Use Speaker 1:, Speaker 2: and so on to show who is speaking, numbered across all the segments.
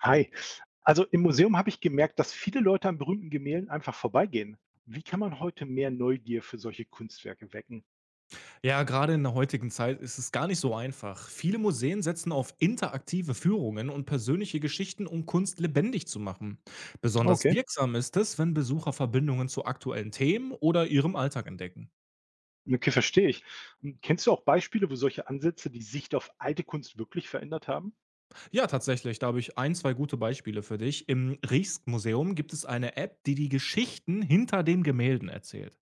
Speaker 1: Hi. Also im Museum habe ich gemerkt, dass viele Leute an berühmten Gemälden einfach vorbeigehen. Wie kann man heute mehr Neugier für solche Kunstwerke wecken?
Speaker 2: Ja, gerade in der heutigen Zeit ist es gar nicht so einfach. Viele Museen setzen auf interaktive Führungen und persönliche Geschichten, um Kunst lebendig zu machen. Besonders
Speaker 1: Okay,
Speaker 2: wirksam ist es, wenn Besucher Verbindungen zu aktuellen Themen oder ihrem Alltag entdecken.
Speaker 1: okay, verstehe ich. Und kennst du auch Beispiele, wo solche Ansätze die Sicht auf alte Kunst wirklich verändert haben?
Speaker 2: Ja, tatsächlich, da habe ich ein, zwei gute Beispiele für dich. Im Rijksmuseum gibt es eine App, die die Geschichten hinter den Gemälden erzählt.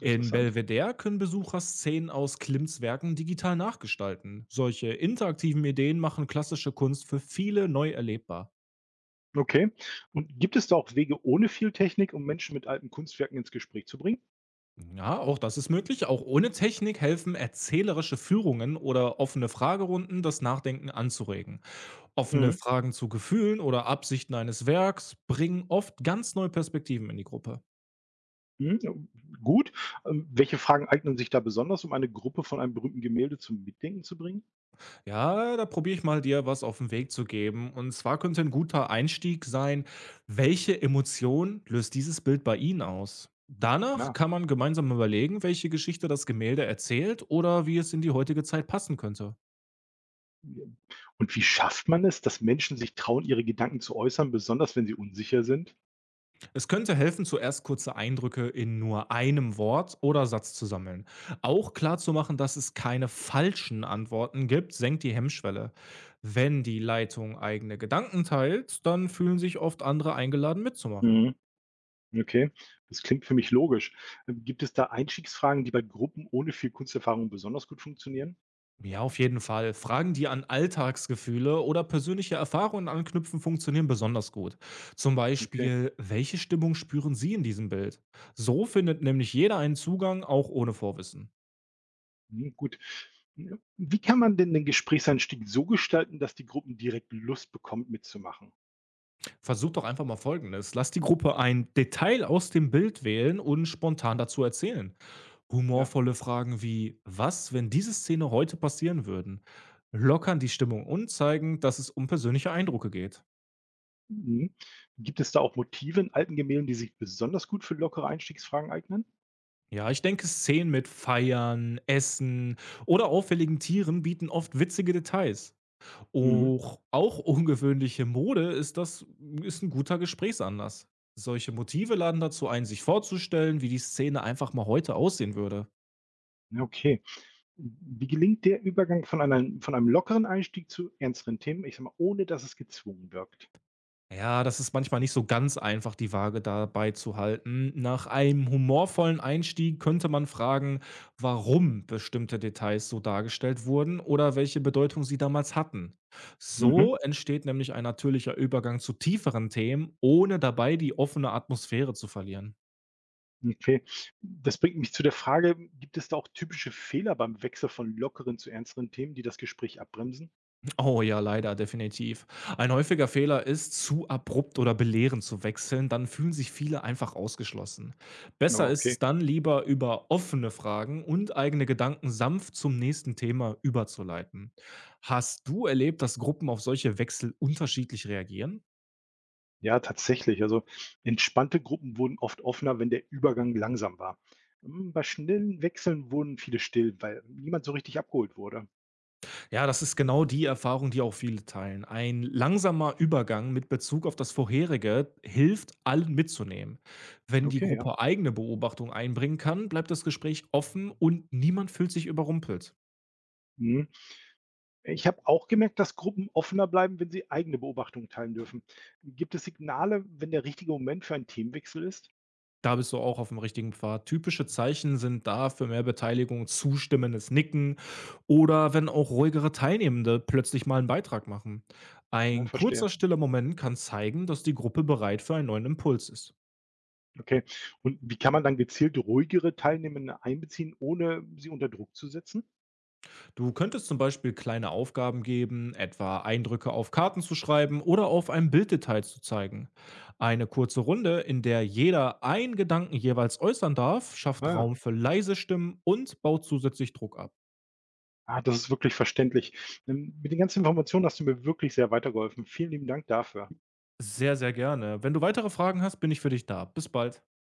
Speaker 2: In
Speaker 1: Interessant.
Speaker 2: Belvedere können Besucher Szenen aus Klimts Werken digital nachgestalten. Solche interaktiven Ideen machen klassische Kunst für viele neu erlebbar.
Speaker 1: Okay. Und gibt es da auch Wege ohne viel Technik, um Menschen mit alten Kunstwerken ins Gespräch zu bringen?
Speaker 2: Ja, auch das ist möglich. Auch ohne Technik helfen erzählerische Führungen oder offene Fragerunden, das Nachdenken anzuregen. Offene
Speaker 1: Mhm.
Speaker 2: Fragen zu Gefühlen oder Absichten eines Werks bringen oft ganz neue Perspektiven in die Gruppe.
Speaker 1: Mhm. Gut. Welche Fragen eignen sich da besonders, um eine Gruppe von einem berühmten Gemälde zum Mitdenken zu bringen?
Speaker 2: Ja, da probiere ich mal dir was auf den Weg zu geben. Und zwar könnte ein guter Einstieg sein, welche Emotion löst dieses Bild bei Ihnen aus? Danach
Speaker 1: Ja.
Speaker 2: kann man gemeinsam überlegen, welche Geschichte das Gemälde erzählt oder wie es in die heutige Zeit passen könnte.
Speaker 1: Und wie schafft man es, dass Menschen sich trauen, ihre Gedanken zu äußern, besonders wenn sie unsicher sind?
Speaker 2: Es könnte helfen, zuerst kurze Eindrücke in nur einem Wort oder Satz zu sammeln. Auch klar zu machen, dass es keine falschen Antworten gibt, senkt die Hemmschwelle. Wenn die Leitung eigene Gedanken teilt, dann fühlen sich oft andere eingeladen mitzumachen.
Speaker 1: Mhm. Okay, das klingt für mich logisch. Gibt es da Einstiegsfragen, die bei Gruppen ohne viel Kunsterfahrung besonders gut funktionieren?
Speaker 2: Ja, auf jeden Fall. Fragen, die an Alltagsgefühle oder persönliche Erfahrungen anknüpfen, funktionieren besonders gut. Zum
Speaker 1: Okay,
Speaker 2: Beispiel, welche Stimmung spüren Sie in diesem Bild? So findet nämlich jeder einen Zugang, auch ohne Vorwissen.
Speaker 1: mhm, gut. Wie kann man denn den Gesprächseinstieg so gestalten, dass die Gruppen direkt Lust bekommt, mitzumachen?
Speaker 2: Versucht doch einfach mal Folgendes. Lass die Gruppe ein Detail aus dem Bild wählen und spontan dazu erzählen.
Speaker 1: Ja.
Speaker 2: Humorvolle Fragen wie, was, wenn diese Szene heute passieren würden, lockern die Stimmung und zeigen, dass es um persönliche Eindrücke geht.
Speaker 1: Mhm. Gibt es da auch Motive in alten Gemälden, die sich besonders gut für lockere Einstiegsfragen eignen?
Speaker 2: Ja, ich denke, Szenen mit Feiern, Essen oder auffälligen Tieren bieten oft witzige Details.
Speaker 1: Mhm.
Speaker 2: Auch ungewöhnliche Mode ist das ist ein guter Gesprächsanlass. Solche Motive laden dazu ein, sich vorzustellen, wie die Szene einfach mal heute aussehen würde.
Speaker 1: Ja, okay. Wie gelingt der Übergang von einem lockeren Einstieg zu ernsteren Themen, ich sage mal, ohne dass es gezwungen wirkt?
Speaker 2: Ja, das ist manchmal nicht so ganz einfach, die Waage dabei zu halten. Nach einem humorvollen Einstieg könnte man fragen, warum bestimmte Details so dargestellt wurden oder welche Bedeutung sie damals hatten.
Speaker 1: Mhm,
Speaker 2: So entsteht nämlich ein natürlicher Übergang zu tieferen Themen, ohne dabei die offene Atmosphäre zu verlieren.
Speaker 1: okay. Das bringt mich zu der Frage, gibt es da auch typische Fehler beim Wechsel von lockeren zu ernsteren Themen, die das Gespräch abbremsen?
Speaker 2: Oh ja, leider, definitiv. Ein häufiger Fehler ist, zu abrupt oder belehrend zu wechseln, dann fühlen sich viele einfach ausgeschlossen.
Speaker 1: Ja,
Speaker 2: Besser ist es
Speaker 1: okay.
Speaker 2: dann lieber über offene Fragen und eigene Gedanken sanft zum nächsten Thema überzuleiten. Hast du erlebt, dass Gruppen auf solche Wechsel unterschiedlich reagieren?
Speaker 1: Ja, tatsächlich. Also entspannte Gruppen wurden oft offener, wenn der Übergang langsam war. Hm, bei schnellen Wechseln wurden viele still, weil niemand so richtig abgeholt wurde.
Speaker 2: Ja, das ist genau die Erfahrung, die auch viele teilen. Ein langsamer Übergang mit Bezug auf das vorherige hilft, allen mitzunehmen. Wenn die
Speaker 1: Okay, ja.
Speaker 2: Gruppe eigene Beobachtung einbringen kann, bleibt das Gespräch offen und niemand fühlt sich überrumpelt.
Speaker 1: Mhm. Ich habe auch gemerkt, dass Gruppen offener bleiben, wenn sie eigene Beobachtungen teilen dürfen. Gibt es Signale, wenn der richtige Moment für einen Themenwechsel ist?
Speaker 2: Da bist du auch auf dem richtigen Pfad. Typische Zeichen sind da für mehr Beteiligung, zustimmendes Nicken oder wenn auch ruhigere Teilnehmende plötzlich mal einen Beitrag machen.
Speaker 1: Ja,
Speaker 2: Ein
Speaker 1: verstehe.
Speaker 2: kurzer stiller Moment kann zeigen, dass die Gruppe bereit für einen neuen Impuls ist.
Speaker 1: Okay. Und wie kann man dann gezielt ruhigere Teilnehmende einbeziehen, ohne sie unter Druck zu setzen?
Speaker 2: Du könntest zum Beispiel kleine Aufgaben geben, etwa Eindrücke auf Karten zu schreiben oder auf einem Bilddetail zu zeigen. Eine kurze Runde, in der jeder einen Gedanken jeweils äußern darf, schafft
Speaker 1: Ah,
Speaker 2: Raum für leise Stimmen und baut zusätzlich Druck ab.
Speaker 1: das ist wirklich verständlich. Mit den ganzen Informationen hast du mir wirklich sehr weitergeholfen. Vielen lieben Dank dafür.
Speaker 2: Sehr, sehr gerne. Wenn du weitere Fragen hast, bin ich für dich da. Bis bald.